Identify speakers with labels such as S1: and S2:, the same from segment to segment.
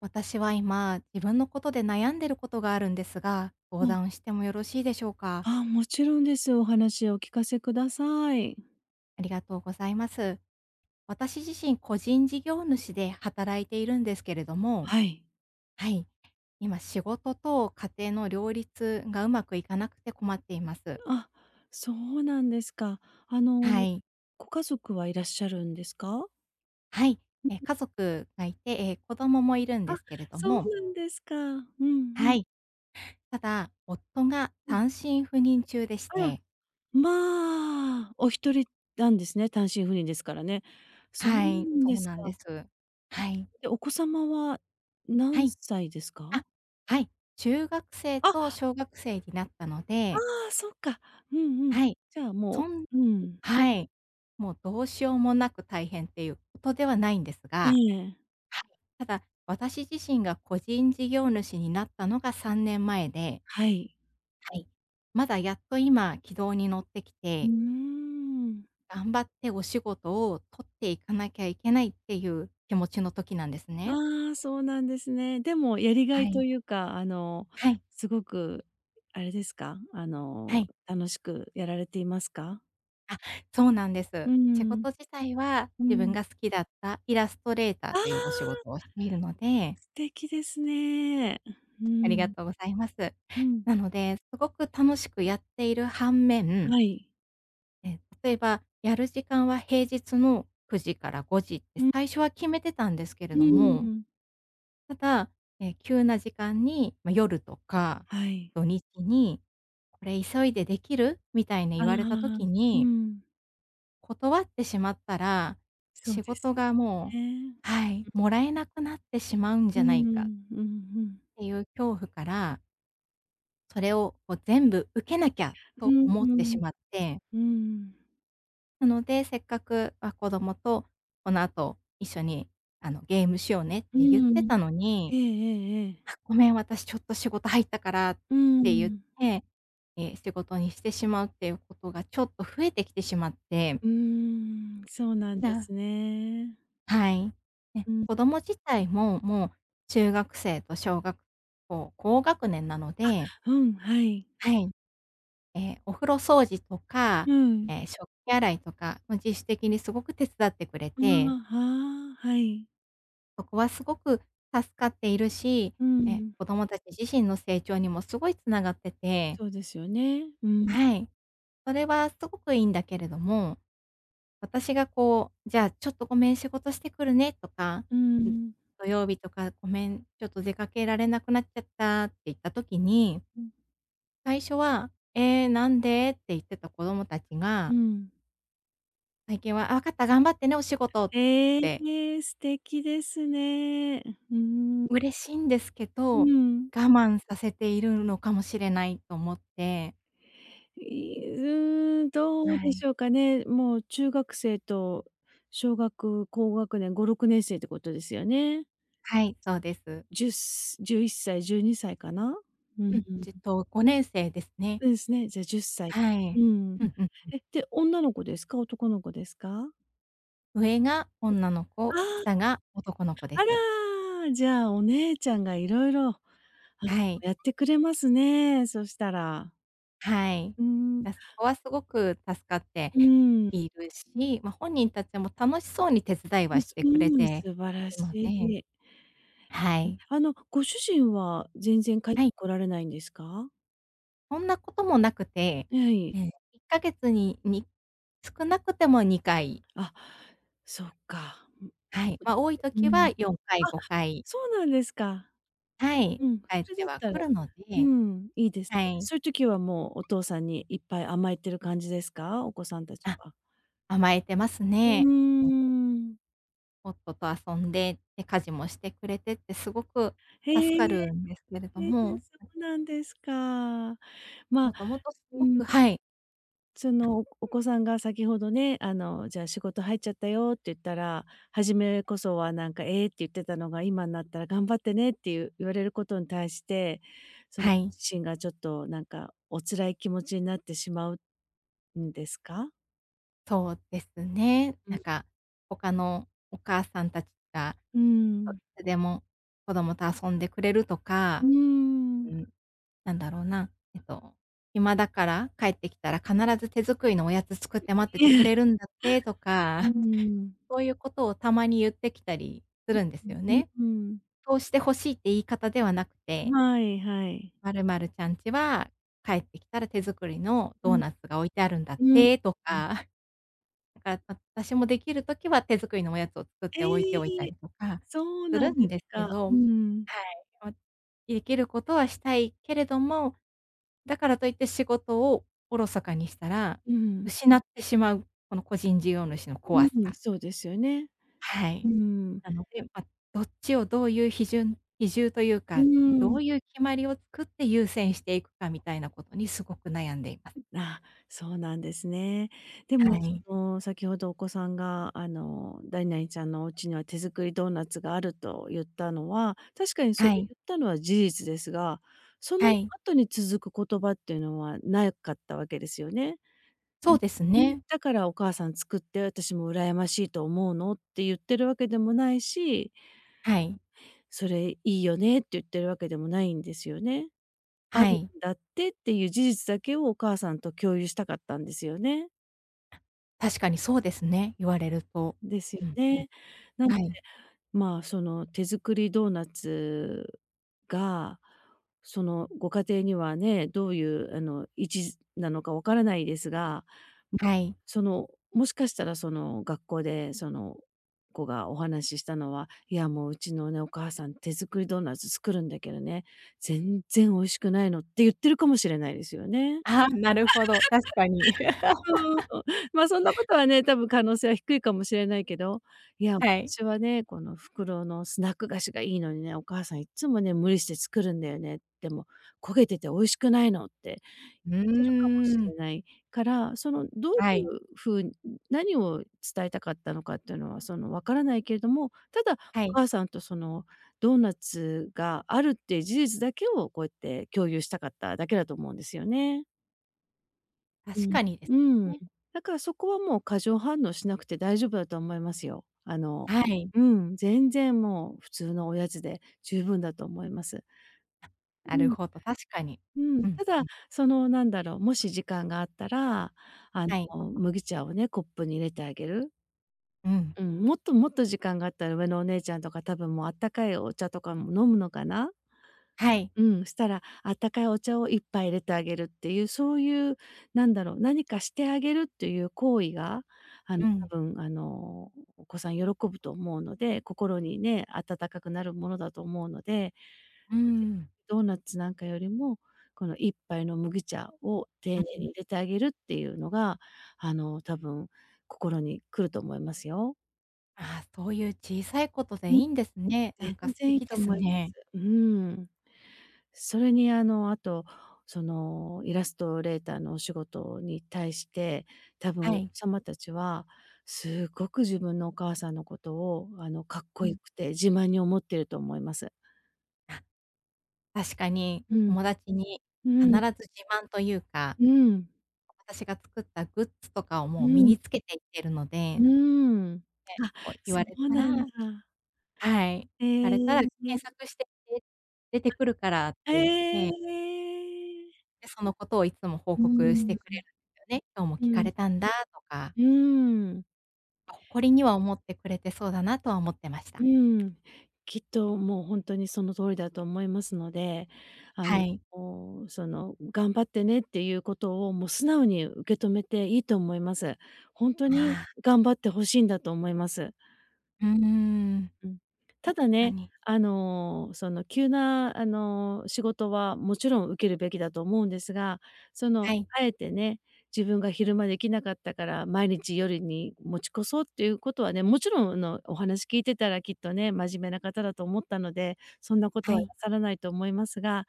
S1: 私は今、自分のことで悩んでることがあるんですが、相
S2: うん。
S1: 談してもよろしいでしょうか？
S2: もちろんです。お話をお聞かせください。
S1: ありがとうございます。私自身、個人事業主で働いているんですけれども、
S2: はい。
S1: はい、今仕事と家庭の両立がうまくいかなくて困っています。
S2: あ、そうなんですか。あの、
S1: はい。
S2: ご家族はいらっしゃるんですか？
S1: はい。家族がいて、子供もいるん
S2: あ、
S1: ですけれど
S2: そう
S1: も、
S2: なんですか。
S1: は
S2: ん
S1: い。ただ、夫が
S2: うん。
S1: 単身赴任中でし
S2: あら、
S1: て、
S2: まあ、お一人なんですね、単身赴任ですからね。そうな
S1: はい、
S2: ん
S1: そ
S2: で
S1: う
S2: す
S1: な
S2: か。
S1: んです。
S2: え、
S1: はい。
S2: で、お子様は
S1: は
S2: 何
S1: い。
S2: 歳ですか？
S1: あ、はい。中学生
S2: あ、
S1: と
S2: あ
S1: 小学生になったので、
S2: あ、そっか。うんうん。
S1: はい。
S2: じゃあも
S1: そん
S2: ううん。
S1: はい。もうどうしようもなく大変っていうことではないんです
S2: え
S1: が、
S2: え。
S1: はい。ただ、私自身が個人事業主になったのが3年前で、
S2: はい。
S1: はい。まだやっと今軌道に乗ってき
S2: うー
S1: て、
S2: ん。
S1: 頑張ってお仕事を取っていかなきゃいけないっていう気持ちの時なんですね。
S2: ああ、そうなんですね。でもやりが
S1: は
S2: いと
S1: い。
S2: いうか、あの、
S1: はい。
S2: すごくあれですか？
S1: はい。
S2: 楽しくやられていますか？
S1: あ、そうなんで
S2: う
S1: す。仕
S2: ん、
S1: 事自体は
S2: う
S1: 自分
S2: ん。
S1: が好きだったイラストレーター
S2: あ
S1: というお仕
S2: あ、
S1: 事をしているので、
S2: 素敵ですね。う
S1: ありが
S2: ん、
S1: とうございます。
S2: うん、
S1: なので、すごく楽しくやっている反面、
S2: はい。
S1: 例えばやる時間は平日の9時から5時って
S2: うん、
S1: 最初は決めてたんですけれ
S2: う
S1: ども、
S2: ん、
S1: ただ、急な時間に、まあ、夜とか
S2: はい。
S1: 土日に「これ急いでできる？」みたいに
S2: あ
S1: 言われた
S2: あ、
S1: 時
S2: う
S1: に
S2: ん、
S1: 断ってしまったら、
S2: そう
S1: 仕
S2: です
S1: 事
S2: よ
S1: がも
S2: ね。
S1: うはい、もらえなくなってしまうんじ
S2: う
S1: ゃないかっ
S2: ん、うんうん。
S1: ていう恐怖から、それをこう全部受けなきゃ
S2: う
S1: と
S2: ん
S1: 思
S2: う
S1: ってし
S2: ん。
S1: まって、
S2: うん。
S1: なのでせっかく、あ、子供とこの後一緒にゲームしようねっ
S2: う
S1: て言って
S2: ん。
S1: たの
S2: え
S1: に、
S2: えええええ。
S1: あ、ごめん、私ちょっと仕事入ったからっ
S2: う
S1: て言っ
S2: ん。
S1: て、仕事にしてしまうっていうことがちょっと増えてきてしまって、
S2: うーん、そうなんで
S1: な
S2: すね。
S1: はい。ね、
S2: うん。
S1: 子供自体も、もう中学生と小学校、高学年なので、
S2: うん、はい。
S1: はい。お風呂掃除とか、
S2: うん。
S1: 食器洗いとか、もう自主的にすごく手伝ってくれ
S2: あ
S1: て、
S2: あ、はあ、はい。
S1: そこはすごく助かっているし、
S2: う
S1: ええ、
S2: ん。
S1: 子供たち自身の成長にもすごいつながってて、
S2: そうですよね。うん。
S1: はい。それはすごくいいんだけれども、私がこう、じゃあちょっとごめん、仕事してくるねとか、
S2: う
S1: ん、
S2: ん。
S1: 土曜日とかごめん、ちょっと出かけられなくなっちゃったって言った時に、
S2: うん。
S1: 最初は、なんでって言ってた子供たち
S2: う
S1: が、
S2: ん。
S1: 最近は、あ、わかった、頑張ってね、お仕事っ
S2: え
S1: て、
S2: え、素敵ですね。うーん。
S1: 嬉しいんですけ
S2: う
S1: ど、我
S2: ん。
S1: 慢させているのかもしれないと思って。
S2: いうん、どう
S1: は
S2: で
S1: い。
S2: しょうかね。もう中学生と小学高学年、5、6年生ってことですよね。
S1: はい、そうです。
S2: 10、1歳、12歳かな？うん。
S1: うん、じっと、5年生ですね。
S2: そうですね、じゃあ10歳。
S1: は
S2: う
S1: い。
S2: ん。
S1: うんうん。
S2: で、女の子ですか？男の子ですか？
S1: 上が女の子、下
S2: あ
S1: が男の子で
S2: あ、あ
S1: す。
S2: ら、じゃあお姉ちゃんがいろいろ、の、
S1: はい、
S2: やってくれますね、そしたら。
S1: はい。
S2: うーん、
S1: そこはすごく助かって
S2: うん、
S1: いるし、ま、本人たちも楽しそうに手伝いはして
S2: う
S1: くれ
S2: ん、
S1: て
S2: 素晴
S1: い
S2: らし
S1: るので、
S2: い。
S1: はい。
S2: あの、ご主人は全然帰って
S1: はい、
S2: こられないんですか？
S1: そんなこともなくて、
S2: はい。
S1: ええ、1ヶ月に、少なくても2回、
S2: あ、そっか。うん、
S1: はい、
S2: やっ
S1: ま、
S2: ぱ
S1: 多い
S2: りう
S1: 時
S2: ん。
S1: は4回、
S2: あ、
S1: 5回、
S2: そうなんですか。
S1: はい、
S2: うん、
S1: 帰っ
S2: それだ
S1: て
S2: っ
S1: は
S2: たら
S1: くるの
S2: う
S1: で、
S2: ん、いいです
S1: は
S2: ね。
S1: い。
S2: そういう時はもうお父さんにいっぱい甘えてる感じですか？お子さんたち
S1: あ、
S2: は。
S1: 甘えてます
S2: う
S1: ね。もう
S2: ーん。
S1: 夫と遊んで、で、家事もしてくれてってすごく
S2: へ
S1: 助か
S2: え、
S1: るんですけれ
S2: そ
S1: ども、
S2: うなんですか。まあ、
S1: もともとす
S2: う
S1: ご
S2: ん、
S1: くはい、
S2: その、おお子さんが先ほどね、じゃあ仕事入っちゃったよって言ったら、初めこそはなんか、ええって言ってたのが、今になったら頑張ってねっていう言われることに対して、その
S1: はい、
S2: 自身がちょっとなんかお辛い気持ちになってしまうんですか？
S1: そうですね。
S2: う
S1: な
S2: ん。
S1: んか、他のお母さんたちが
S2: うん。
S1: いつでも子供と遊んでくれると
S2: う
S1: か、
S2: ーん。
S1: うん。なんだろうな、暇だから帰ってきたら必ず手作りのおやつ作って待っててく
S2: ええ。
S1: れるんだってと
S2: うー
S1: か、
S2: ん。
S1: そういうことをたまに言ってきたりするんです
S2: う
S1: よ
S2: う
S1: ね。
S2: ーん。
S1: そうして欲しいって言い方ではなくて、
S2: はいはい。
S1: 「〇〇ちゃんちは帰ってきたら手作りの
S2: う
S1: ドー
S2: ん、
S1: ナツが置いてあるんだっ
S2: うん。
S1: て」とか。だから、あ、私もできる時は手作りのおやつを作っ
S2: え
S1: て置いて
S2: え、
S1: おいたりとか
S2: そう
S1: す
S2: な
S1: る
S2: んで
S1: ん
S2: す
S1: ですけ
S2: か。う
S1: ど、
S2: ん、
S1: はい、ま、できることはしたいけれども、だからといって仕事をおろそかにしたら、
S2: うん、
S1: 失ってしまう、この個人事業主の怖さ。
S2: うそうですよね。
S1: は
S2: う
S1: い。
S2: ん、
S1: なので、ま、どっちをどういう比重という
S2: う
S1: か、
S2: ー
S1: ど
S2: ん。
S1: ういう決まりを作って優先していくかみたいなことにすごく悩んでいます。
S2: あ、そうなんですね。でも、
S1: は
S2: そ
S1: い。
S2: の、先ほどお子さんが、何々ちゃんのお家には手作りドーナツがあると言ったのは、確かにそれ
S1: はい。
S2: 言ったのは事実ですが、その
S1: はい。
S2: 後に続く言葉っていうのはなかったわけですよね。え、
S1: そうです
S2: ね、
S1: ね。
S2: だからお母さん作って私も羨ましいと思うのって言ってるわけでもないし、
S1: はい。
S2: それいいよねって言ってるわけでもないんですよね。あ
S1: は
S2: るん
S1: い。
S2: だってっていう事実だけをお母さんと共有したかったんですよね。
S1: 確かにそうですね、言われると。
S2: ですよ
S1: うんうん。
S2: ね。な
S1: はい、
S2: まあ、その手作りドーナツが、そのご家庭にはね、どういうあの位置なのかわからないですが、ま、
S1: はい。
S2: その、もしかしたらその学校でその子がお話ししたのは、いやもううちのね、お母さん手作りドーナツ作るんだけどね、全然美味しくないのって言ってるかもしれないですよね。
S1: ああ、なるほど、確かに。
S2: そうそう。まあ、そんなことはね、多分可能性は低いかもしれないけど、いや、
S1: はい。
S2: 私はね、この袋のスナック菓子がいいのにね、お母さんいっつもね、無理して作るんだよね。でも焦げてて美味しくないのって、
S1: う
S2: てるかもし
S1: ー
S2: れ
S1: ん。
S2: ないから、そのどうい
S1: はい、
S2: う風に何を伝えたかったのかっていうのは、その、わからないけれども、ただ
S1: は
S2: お
S1: い。
S2: 母さんとそのドーナツがあるっていう事実だけをこうやって共有したかっただけだと思うんですよね。う
S1: 確
S2: ん。
S1: かにです
S2: うん。
S1: ね。
S2: だからそこはもう過剰反応しなくて大丈夫だと思いますよ。
S1: はい。
S2: うん、全然もう普通のおやつで十分だと思います。う
S1: なる
S2: ん。
S1: ほど、確かに。
S2: うん、
S1: うん
S2: ただ、
S1: うん。
S2: そのなんだろう、もし時間があったら、あ
S1: はい。
S2: 麦茶をね、コップに入れてあげる。
S1: うん。
S2: うん、もっともっと時間があったら上のお姉ちゃんとか多分もうあったかいお茶とかも飲むのかな。
S1: はい。
S2: うん、したら、あったかいお茶を一杯入れてあげるっていう、そういう、なんだろう、何かしてあげるっていう行為が、あの、
S1: うん。
S2: 多分、あの、お子さん喜ぶと思うので、心にね、温かくなるものだと思うので、
S1: うーん。
S2: ドーナツなんかよりも、この一杯の麦茶を丁
S1: う
S2: 寧に
S1: ん。
S2: 入れてあげるっていうのが、あの、多分心に来ると思いますよ。
S1: ああ、そういう小さいことで
S2: う
S1: い
S2: ん、
S1: いんですね。なんか
S2: 全
S1: 素
S2: 然いい
S1: 敵
S2: と
S1: で
S2: 思
S1: す
S2: いま
S1: ね。
S2: す。ん。それにあと、そのイラストレーターのお仕事に対して、多分お
S1: は
S2: 子
S1: い。
S2: 様たちは、すごく自分のお母さんのことを、かっこ
S1: う
S2: よ
S1: ん。
S2: くて自慢に思ってると思います。
S1: あ、確かに
S2: うん。
S1: 友達に
S2: う
S1: 必
S2: ん。
S1: ず自慢というか、
S2: うん。
S1: 私が作ったグッズとかを
S2: う
S1: もう身
S2: ん。
S1: につけていってるの
S2: う
S1: で、
S2: ーん。あ、
S1: こう言
S2: そ
S1: われ
S2: う
S1: た
S2: なん
S1: ら、
S2: だ。
S1: はい、
S2: え
S1: 聞かれたら
S2: え、え
S1: 「検
S2: え。
S1: 索してみて、出てくるから」って言って、で、そのことをいつも報
S2: う
S1: 告し
S2: ー
S1: てく
S2: ん。
S1: れるんですよね。「今日も
S2: う
S1: 聞か
S2: ん。
S1: れたんだ」とか、
S2: うーん。
S1: あ、誇りには思ってくれてそうだなとは思ってまし
S2: う
S1: た。
S2: ん、きっともう本当にその通りだと思いますので、あ
S1: は
S2: の、
S1: い。
S2: その「頑張ってね」っていうことをもう素直に受け止めていいと思います。本当
S1: あ
S2: に
S1: あ、
S2: 頑張ってほしいんだと思います。
S1: うーん、
S2: うん。た
S1: 確
S2: だ
S1: か
S2: ね、
S1: に。
S2: 急な仕事はもちろん受けるべきだと思うんですが、その、
S1: はい、
S2: あえてね、自分が昼間できなかったから毎日夜に持ち越そうっていうことはね、もちろんお話聞いてたらきっとね、真面目な方だと思ったので、そんなこと
S1: は
S2: はな
S1: い、
S2: さらないと思いますが、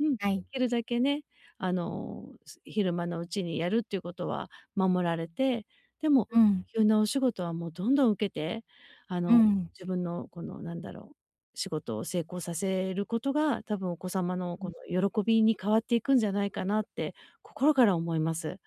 S2: うん、で
S1: はい。
S2: きるだけね、昼間のうちにやるっていうことは守られて、でも
S1: うん、
S2: 急なお仕事はもうどんどん受けて、あ
S1: う
S2: の
S1: ん、
S2: 自分のこのなんだろう、仕事を成功させることが、多分お子様の
S1: う
S2: こ
S1: ん、
S2: の喜びに変わっていくんじゃないかなって心から思います。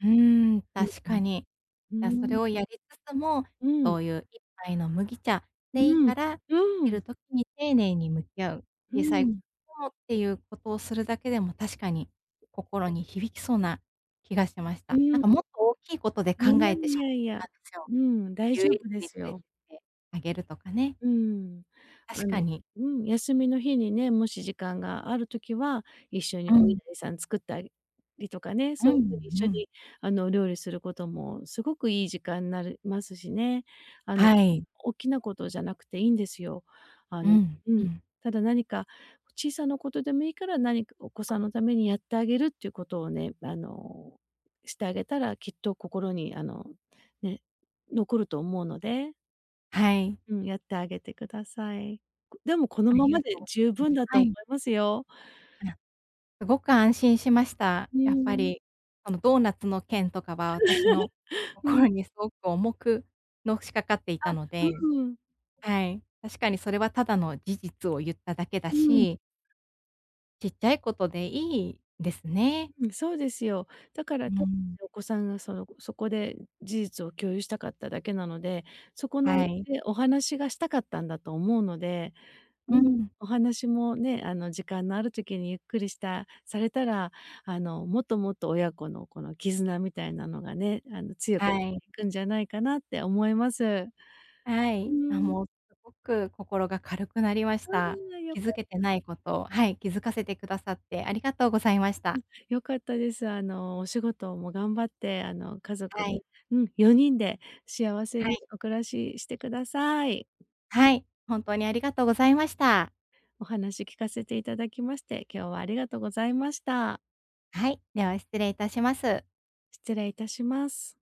S1: うーん、
S2: うん
S1: 確
S2: うん。
S1: かに。
S2: う
S1: それ
S2: ん、
S1: をやりつつも、
S2: うん、
S1: そういう一杯の麦茶
S2: う
S1: でいい
S2: ん、うん、
S1: から、できる時に丁寧に向き合う、
S2: う
S1: 小さいこ
S2: ん、
S1: ともっていうことをするだけでも確かに心に響きそうな気がしまし
S2: う
S1: た。なん
S2: ん。
S1: かもっと大きいことで
S2: い
S1: 考
S2: や
S1: えてし
S2: い
S1: ま
S2: や
S1: っ
S2: い
S1: ていた
S2: や、
S1: んですよ。
S2: うん、大
S1: 遊
S2: 丈
S1: 園地
S2: 夫で
S1: に連
S2: す
S1: れてっ
S2: よ。
S1: てあげるとかね。
S2: うん。あ
S1: 確か
S2: の
S1: に。
S2: うん、休みの日にね、もし時間があるときは、一緒に
S1: う
S2: お稲
S1: ん、
S2: 荷さん作ったりとかね、
S1: う
S2: そういう風に
S1: ん
S2: 一
S1: う
S2: 緒
S1: ん。
S2: に料理することもすごくいい時間になりますしね。あの、
S1: はい。
S2: 大きなことじゃなくていいんですよ。あ
S1: う
S2: の
S1: ん、
S2: う
S1: う
S2: ん。
S1: ん。
S2: ただ何か小さなことでもいいから、何かお子さんのためにやってあげるっていうことをね、してあげたら、きっと心にね、残ると思うので。
S1: はい。
S2: うん、やってあげてください。こでもこの
S1: あ
S2: ま
S1: り
S2: ま
S1: が
S2: で
S1: とうござ
S2: 十
S1: いま
S2: 分
S1: す。
S2: だと
S1: は
S2: 思い
S1: い。
S2: ますよ。
S1: はい。すごく安心しました。
S2: うー
S1: やっぱ
S2: ん、
S1: り、そのドーナツの件とかは私の
S2: うん、
S1: 心にすごく重くのしかかっていたので、
S2: うん、うん、
S1: はい。確かにそれはただの事実を言っただけだし、ちっちゃいことでいいですね。
S2: うん、そうですよ。だから
S1: う
S2: 多分ね
S1: ん。
S2: お子さんがその、そこで事実を共有したかっただけなので、そこの
S1: はい。
S2: ね、お話がしたかったんだと思うので、う
S1: う
S2: ん、
S1: ん。
S2: お話もね、あの時間のある時にゆっくりしたされたら、あの、もっともっと親子のこの絆みたいなのがね、あの強くなっ
S1: はい。
S2: ていくんじゃないかなって思います。
S1: は
S2: う
S1: い。あ、
S2: ん。
S1: もうすごく心が軽くなりました。
S2: ああ、よ
S1: 気
S2: か
S1: づけてないことを、はい、気づかせてくださってありがとうございました。
S2: 良かったです。あの、お仕事も頑張って、家族
S1: は
S2: で
S1: い。
S2: うん、4人で幸せ
S1: は
S2: に
S1: い。
S2: お暮らししてください。
S1: はい。本当にありがとうございました。
S2: お話聞かせていただきまして、今日はありがとうございました。
S1: はい、では失礼いたします。
S2: 失礼いたします。